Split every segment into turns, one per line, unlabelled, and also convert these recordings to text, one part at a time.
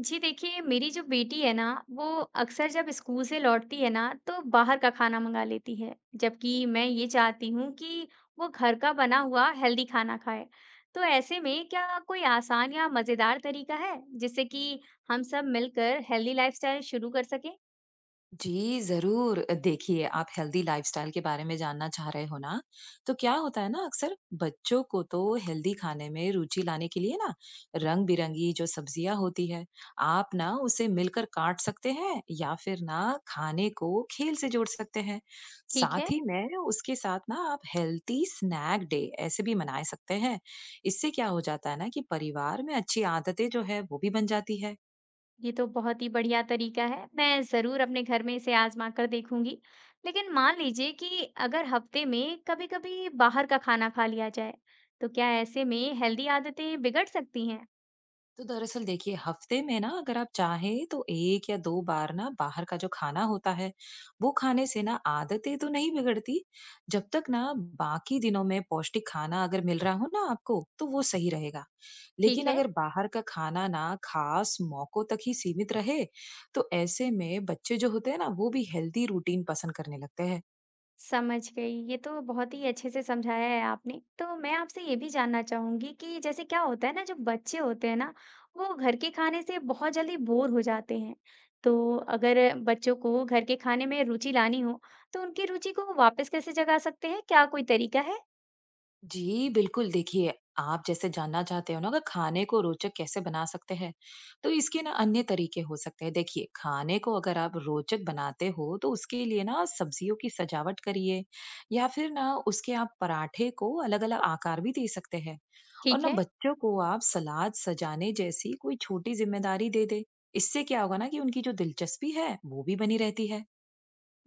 जी देखिए, मेरी जो बेटी है ना, वो अक्सर जब स्कूल से लौटती है ना, तो बाहर का खाना मंगा लेती है, जबकि मैं ये चाहती हूँ कि वो घर का बना हुआ हेल्दी खाना खाए। तो ऐसे में क्या कोई आसान या मज़ेदार तरीका है, जिससे कि हम सब मिलकर हेल्दी लाइफस्टाइल शुरू कर सकें?
जी, ज़रूर। देखिए, आप हेल्दी लाइफ़स्टाइल के बारे में जानना चाह रहे हो ना? तो क्या होता है ना, अक्सर बच्चों को तो हेल्दी खाने में रुचि लाने के लिए ना, रंग-बिरंगी जो सब्जियाँ होती है, आप ना उसे मिलकर काट सकते हैं या फिर ना खाने को खेल से जोड़ सकते हैं।
ठीक
साथ
है।
ही में उसके साथ ना आप हेल्दी स्नैक डे ऐसे भी मना सकते हैं। इससे क्या हो जाता है ना कि परिवार में अच्छी आदतें जो है, वो भी बन जाती है।
ये तो बहुत ही बढ़िया तरीका है। मैं जरूर अपने घर में इसे आजमा कर देखूंगी। लेकिन मान लीजिए कि अगर हफ्ते में कभी कभी बाहर का खाना खा लिया जाए, तो क्या ऐसे में हेल्दी आदतें बिगड़ सकती हैं?
तो दरअसल देखिए हफ्ते में ना अगर आप चाहें तो एक या दो बार ना बाहर का जो खाना होता है वो खाने से ना आदतें तो नहीं बिगड़ती। जब तक ना बाकी दिनों में पौष्टिक खाना अगर मिल रहा हो ना आपको तो वो सही रहेगा।
ठीक
लेकिन
है।
अगर बाहर का खाना ना खास मौकों तक ही सीमित रहे तो ऐसे में बच्चे जो होते हैं ना वो भी हेल्दी रूटीन पसंद करने लगते हैं।
समझ गई। ये तो बहुत ही अच्छे से समझाया है आपने। तो मैं आपसे ये भी जानना चाहूँगी कि जैसे क्या होता है ना, जो बच्चे होते हैं ना, वो घर के खाने से बहुत जल्दी बोर हो जाते हैं। तो अगर बच्चों को घर के खाने में रुचि लानी हो, तो उनकी रुचि को वापस कैसे जगा सकते हैं? क्या कोई तरीका है?
जी, बिल्कुल देखिए, आप जैसे जानना चाहते हो ना कि खाने को रोचक कैसे बना सकते हैं, तो इसके ना अन्य तरीके हो सकते हैं। देखिए, खाने को अगर आप रोचक बनाते हो, तो उसके लिए ना सब्जियों की सजावट करिए या फिर ना उसके आप पराठे को अलग-अलग आकार भी दे सकते हैं। और
ठीक
ना
है।
बच्चों को आप सलाद सजाने जैसी कोई छोटी जिम्मेदारी दे दें। इससे क्या होगा ना कि उनकी जो दिलचस्पी है, वो भी बनी रहती है।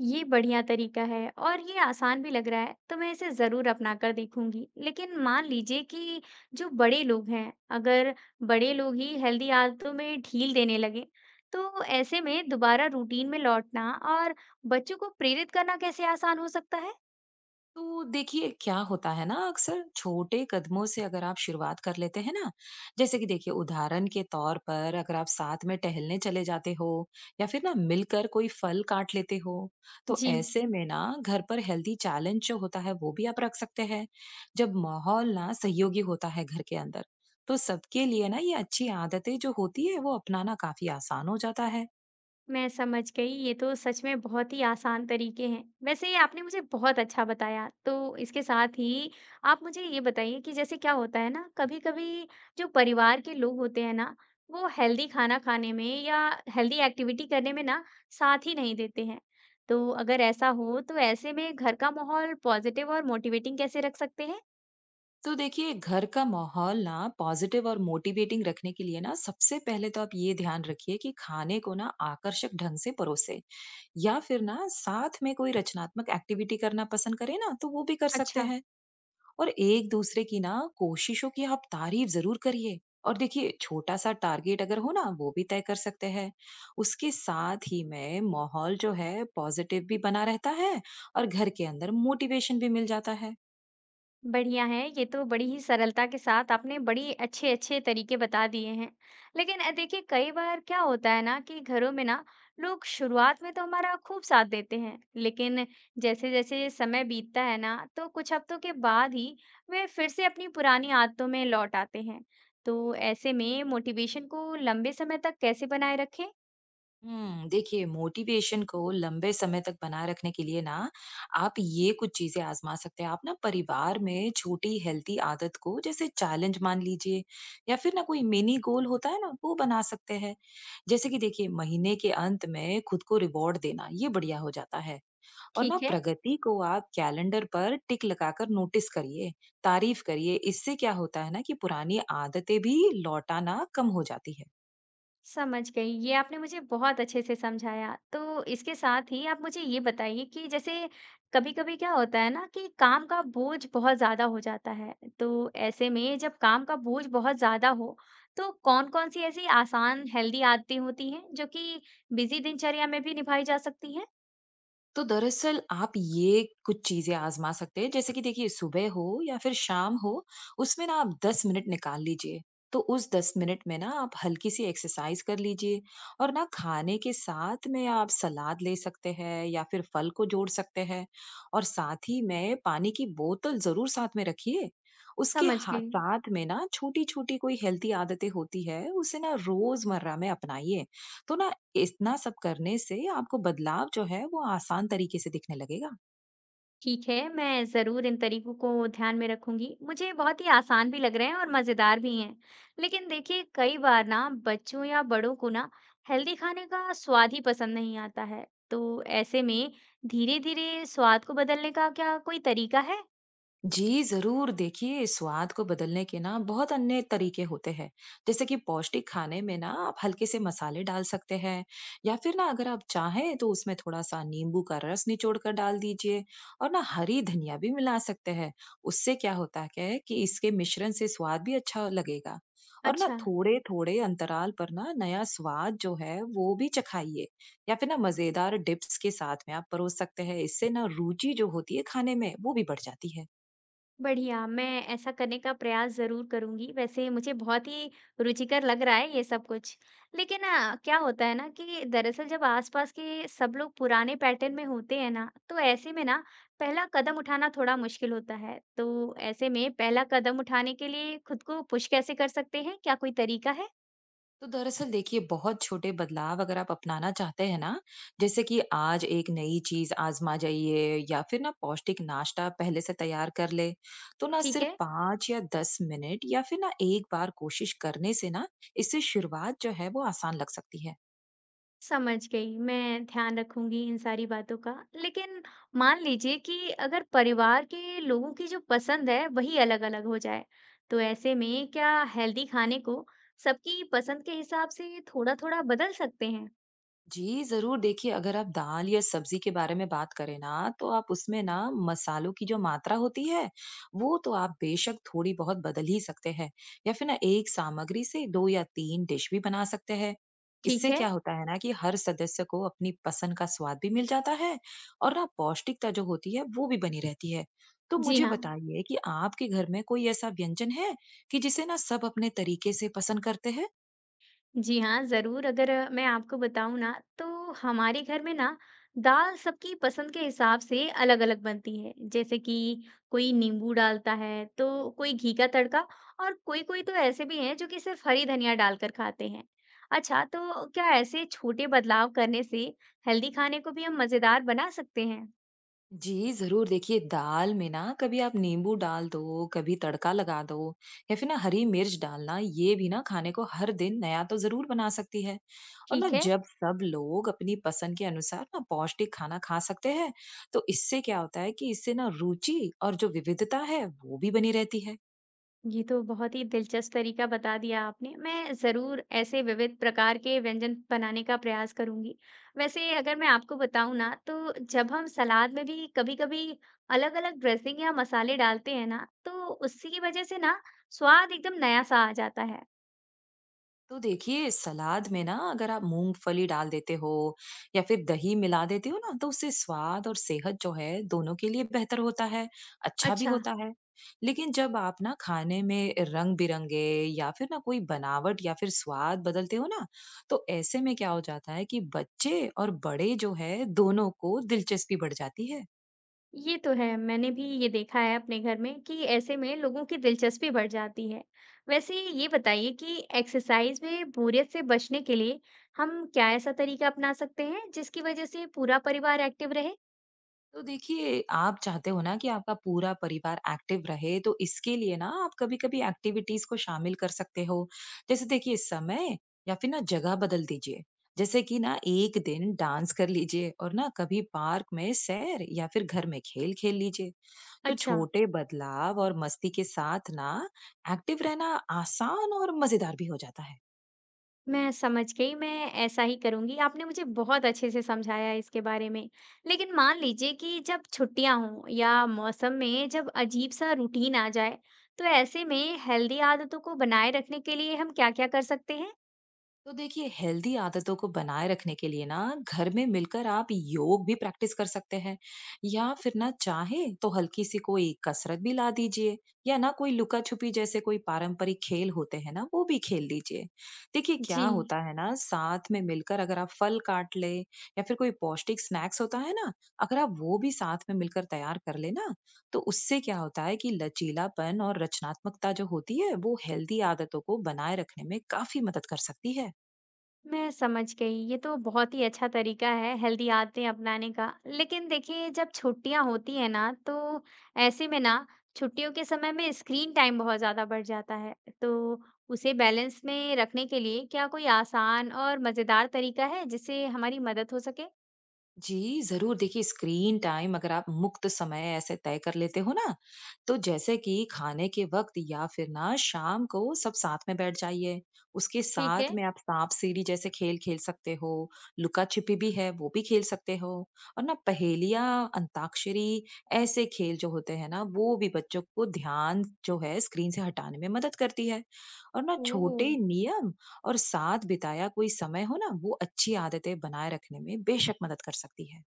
ये बढ़िया तरीका है और ये आसान भी लग रहा है, तो मैं इसे जरूर अपना कर देखूंगी। लेकिन मान लीजिए कि जो बड़े लोग हैं, अगर बड़े लोग ही हेल्दी आदतों में ढील देने लगे, तो ऐसे में दोबारा रूटीन में लौटना और बच्चों को प्रेरित करना कैसे आसान हो सकता है?
तो देखिए क्या होता है ना अक्सर छोटे कदमों से अगर आप शुरुआत कर लेते हैं ना, जैसे कि देखिए उदाहरण के तौर पर अगर आप साथ में टहलने चले जाते हो या फिर ना मिलकर कोई फल काट लेते हो, तो
जी।
ऐसे में ना घर पर हेल्दी चैलेंज जो होता है वो भी आप रख सकते हैं। जब माहौल ना सहयोगी होता है घर के अंदर तो सबके लिए ना ये अच्छी आदतें जो होती है वो अपनाना काफी आसान हो जाता है।
मैं समझ गई। ये तो सच में बहुत ही आसान तरीके हैं। वैसे ये आपने मुझे बहुत अच्छा बताया। तो इसके साथ ही आप मुझे ये बताइए कि जैसे क्या होता है ना, कभी कभी जो परिवार के लोग होते हैं ना, वो हेल्दी खाना खाने में या हेल्दी एक्टिविटी करने में ना साथ ही नहीं देते हैं। तो अगर ऐसा हो, तो ऐसे में घर का माहौल पॉजिटिव और मोटिवेटिंग कैसे रख सकते हैं?
तो देखिए घर का माहौल ना पॉजिटिव और मोटिवेटिंग रखने के लिए ना सबसे पहले तो आप ये ध्यान रखिए कि खाने को ना आकर्षक ढंग से परोसे या फिर ना साथ में कोई रचनात्मक एक्टिविटी करना पसंद करें ना तो वो भी कर सकते
अच्छा।
हैं। और एक दूसरे की ना कोशिशों की आप तारीफ जरूर करिए। और देखिए छोटा सा टारगेट अगर हो ना वो भी तय कर सकते हैं। उसके साथ ही में माहौल जो है पॉजिटिव भी बना रहता है और घर के अंदर मोटिवेशन भी मिल जाता है।
बढ़िया है, ये तो बड़ी ही सरलता के साथ आपने बड़ी अच्छे-अच्छे तरीके बता दिए हैं। लेकिन देखिए कई बार क्या होता है ना कि घरों में ना लोग शुरुआत में तो हमारा खूब साथ देते हैं, लेकिन जैसे-जैसे समय बीतता है ना, तो कुछ हफ्तों के बाद ही वे फिर से अपनी पुरानी आदतों में लौट आते हैं। तो ऐसे में मोटिवेशन को लंबे समय तक कैसे बनाए रखें?
देखिए मोटिवेशन को लंबे समय तक बनाए रखने के लिए ना आप ये कुछ चीजें आजमा सकते हैं। आप ना परिवार में छोटी हेल्थी आदत को जैसे चैलेंज मान लीजिए या फिर ना कोई मिनी गोल होता है ना वो बना सकते हैं। जैसे कि देखिए महीने के अंत में खुद को रिवॉर्ड देना ये बढ़िया हो जाता है। और ना
ठीक है।
प्रगति को आप कैलेंडर पर टिक लगाकर नोटिस करिए, तारीफ करिए। इससे क्या होता है ना कि पुरानी आदतें भी लौटाना कम हो जाती है।
समझ गई। ये आपने मुझे बहुत अच्छे से समझाया। तो इसके साथ ही आप मुझे ये बताइए कि जैसे कभी-कभी क्या होता है ना कि काम का बोझ बहुत ज़्यादा हो जाता है। तो ऐसे में जब काम का बोझ बहुत ज़्यादा हो, तो कौन-कौन सी ऐसी आसान हेल्दी आदतें होती हैं जो कि बिज़ी दिनचर्या में भी निभाई जा सकती हैं?
तो दरअसल आप ये कुछ चीज़ें आज़मा सकते हैं। जैसे कि देखिए सुबह हो या फिर शाम हो, उसमें ना आप 10 मिनट निकाल लीजिए। तो उस 10 मिनट में ना आप हल्की सी एक्सरसाइज कर लीजिए और ना खाने के साथ में आप सलाद ले सकते हैं या फिर फल को जोड़ सकते हैं। और साथ ही में पानी की बोतल ज़रूर साथ में रखिए। उसके
समझ
हा
गई।
साथ में ना छोटी-छोटी कोई हेल्दी आदतें होती है, उसे ना रोज़मर्रा में अपनाइए। तो ना कि इतना सब करने से आपको बदलाव जो है वो आसान तरीके से दिखने लगेगा।
ठीक है, मैं ज़रूर इन तरीकों को ध्यान में रखूंगी। मुझे बहुत ही आसान भी लग रहे हैं और मज़ेदार भी हैं। लेकिन देखिए, कई बार ना बच्चों या बड़ों को ना हेल्दी खाने का स्वाद ही पसंद नहीं आता है। तो ऐसे में धीरे-धीरे स्वाद को बदलने का क्या कोई तरीका है?
जी, ज़रूर। देखिए, स्वाद को बदलने के ना बहुत अन्य तरीके होते हैं। जैसे कि पौष्टिक खाने में ना आप हल्के से मसाले डाल सकते हैं या फिर ना अगर आप चाहें तो उसमें थोड़ा-सा नींबू का रस निचोड़ कर डाल दीजिए और ना हरी धनिया भी मिला सकते हैं। उससे क्या है कि इसके मिश्रण से स्वाद भी अच्छा लगेगा। और ना
अच्छा।
थोड़े-थोड़े अंतराल पर ना नया स्वाद जो है वो भी चखाइए या फिर ना मज़ेदार डिप्स के साथ में आप परोस सकते हैं। इससे ना रुचि जो होती है खाने में वो भी बढ़ जाती है।
बढ़िया, मैं ऐसा करने का प्रयास ज़रूर करूँगी। वैसे मुझे बहुत ही रुचिकर लग रहा है ये सब कुछ। लेकिन क्या होता है ना कि दरअसल जब आस-पास के सब लोग पुराने पैटर्न में होते हैं ना, तो ऐसे में ना पहला कदम उठाना थोड़ा मुश्किल होता है। तो ऐसे में पहला कदम उठाने के लिए खुद को पुश कैसे कर सकते हैं? क्या कोई तरीका है?
तो दरअसल देखिए बहुत छोटे बदलाव अगर आप अपनाना चाहते हैं ना, जैसे कि आज एक नई चीज आजमा जाइए या फिर ना पौष्टिक नाश्ता पहले से तैयार कर ले, तो ना
ठीक
सिर्फ
है।
पाँच या दस मिनट या फिर ना एक बार कोशिश करने से ना इससे शुरुआत जो है वो आसान लग सकती है।
समझ गई। मैं ध्यान रखूंगी इन सारी बातों का। लेकिन मान लीजिए कि अगर परिवार के लोगों की जो पसंद है वही अलग-अलग हो जाए, तो ऐसे में क्या हेल्दी खाने को सबकी पसंद के हिसाब से थोड़ा-थोड़ा बदल सकते हैं?
जी, ज़रूर देखिए अगर आप दाल या सब्ज़ी के बारे में बात करें ना, तो आप उसमें ना मसालों की जो मात्रा होती है, वो तो आप बेशक थोड़ी-बहुत बदल ही सकते हैं या फिर ना एक सामग्री से 2 या 3 डिश भी बना सकते हैं।
ठीक
इससे
है।
क्या होता है ना कि हर सदस्य को अपनी पसंद का स्वाद भी मिल जाता है और ना पौष्टिकता जो होती है, वो भी बनी रहती है। तो
जी
मुझे
हाँ।
बताइए कि आपके घर में कोई ऐसा व्यंजन है कि जिसे ना सब अपने तरीके से पसंद करते हैं?
जी हाँ, ज़रूर। अगर मैं आपको बताऊँ ना, तो हमारे घर में ना दाल सबकी पसंद के हिसाब से अलग-अलग बनती है। जैसे कि कोई नींबू डालता है, तो कोई घी का तड़का, और कोई-कोई तो ऐसे भी हैं जो कि सिर्फ़ हरी धनिया डालकर खाते हैं। अच्छा, तो क्या ऐसे छोटे बदलाव करने से हेल्दी खाने को भी हम मज़ेदार बना सकते हैं?
जी, ज़रूर देखिए दाल में ना कभी आप नींबू डाल दो, कभी तड़का लगा दो या फिर ना हरी मिर्च डालना, ये भी ना खाने को हर दिन नया तो ज़रूर बना सकती है। और ना
ठीक है।
जब सब लोग अपनी पसंद के अनुसार ना पौष्टिक खाना खा सकते हैं, तो इससे क्या होता है कि इससे ना रुचि और जो विविधता है, वो भी बनी रहती है।
ये तो बहुत ही दिलचस्प तरीका बता दिया आपने। मैं ज़रूर ऐसे विविध प्रकार के व्यंजन बनाने का प्रयास करूँगी। वैसे अगर मैं आपको बताऊँ ना, तो जब हम सलाद में भी कभी-कभी अलग-अलग ड्रेसिंग या मसाले डालते हैं ना, तो उसी की वजह से ना स्वाद एकदम नया-सा आ जाता है।
तो देखिए सलाद में ना अगर आप मूंगफली डाल देते हो या फिर दही मिला देते हो ना तो उससे स्वाद और सेहत जो है दोनों के लिए बेहतर होता है, अच्छा भी
अच्छा,
होता है। लेकिन जब आप ना खाने में रंग बिरंगे या फिर ना कोई बनावट या फिर स्वाद बदलते हो ना तो ऐसे में क्या हो जाता है कि बच्चे और बड़े जो है दोनों को दिलचस्पी बढ़ जाती है।
ये तो है। मैंने भी ये देखा है अपने घर में कि ऐसे में लोगों की दिलचस्पी बढ़ जाती है। वैसे ये बताइए कि एक्सरसाइज में बोरियत से बचने के लिए हम क्या ऐसा तरीका अपना सकते हैं जिसकी वजह से पूरा परिवार एक्टिव रहे?
तो देखिए, आप चाहते हो ना कि आपका पूरा परिवार एक्टिव रहे, तो इसके लिए ना आप कभी-कभी एक्टिविटीज़ को शामिल कर सकते हो। जैसे देखिए समय या फिर ना जगह बदल दीजिए। जैसे कि ना 1 दिन डांस कर लीजिए और ना कभी पार्क में सैर या फिर घर में खेल खेल लीजिए। तो
अच्छा।
छोटे बदलाव और मस्ती के साथ ना एक्टिव रहना आसान और मज़ेदार भी हो जाता है।
मैं समझ गई। मैं ऐसा ही करूंगी। आपने मुझे बहुत अच्छे से समझाया है इसके बारे में। लेकिन मान लीजिए कि जब छुट्टियां हों या मौसम में जब अजीब सा रूटीन आ जाए, तो ऐसे में हेल्दी आदतों को बनाए रखने के लिए हम क्या-क्या कर सकते हैं?
तो देखिए हेल्दी आदतों को बनाए रखने के लिए ना घर में मिलकर आप योग भी प्रैक्टिस कर सकते हैं या फिर ना चाहे तो हल्की सी कोई कसरत भी ला दीजिए या ना कोई लुका छुपी जैसे कोई पारंपरिक खेल होते हैं ना वो भी खेल लीजिए। देखिए क्या
जी।
होता है ना साथ में मिलकर अगर आप फल काट ले या फिर कोई पौष्टिक स्नैक्स होता है ना, अगर आप वो भी साथ में मिलकर तैयार कर ले ना, तो उससे क्या होता है कि लचीलापन और रचनात्मकता जो होती है वो हेल्दी आदतों को बनाए रखने में काफी मदद कर सकती है।
मैं समझ गई। ये तो बहुत ही अच्छा तरीका है हेल्दी आदतें अपनाने का। लेकिन देखिए जब छुट्टियां होती है ना, तो ऐसे में ना छुट्टियों के समय में स्क्रीन टाइम बहुत ज़्यादा बढ़ जाता है। तो उसे बैलेंस में रखने के लिए क्या कोई आसान और मज़ेदार तरीका है जिससे हमारी मदद हो सके?
जी, ज़रूर देखिए स्क्रीन टाइम अगर आप मुक्त समय ऐसे तय कर लेते हो ना, तो जैसे कि खाने के वक़्त या फिर ना शाम को सब साथ में बैठ जाइए। उसके
ठीक
साथ
है।
में आप साँप-सीढ़ी जैसे खेल खेल सकते हो, लुका-छिपी भी है वो भी खेल सकते हो और ना पहेलियाँ, अंताक्षरी ऐसे खेल जो होते हैं ना वो भी बच्चों को ध्यान जो है स्क्रीन से हटाने में मदद करती है। और ना
ओह!
छोटे नियम और साथ बिताया कोई समय हो ना वो अच्छी आदतें बनाए रखने में बेशक मदद कर सकती है।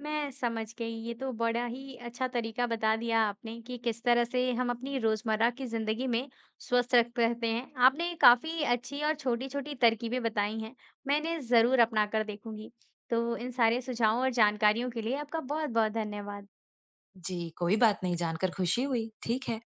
मैं समझ गई। ये तो बड़ा ही अच्छा तरीका बता दिया आपने कि किस तरह से हम अपनी रोज़मर्रा की ज़िंदगी में स्वस्थ रख रहते हैं। आपने काफ़ी अच्छी और छोटी-छोटी तरकीबें बताई हैं। मैं इन्हें ज़रूर अपना कर देखूँगी। तो इन सारे सुझावों और जानकारियों के लिए आपका बहुत-बहुत धन्यवाद।
जी, कोई बात नहीं। जानकर खुशी हुई। ठीक है।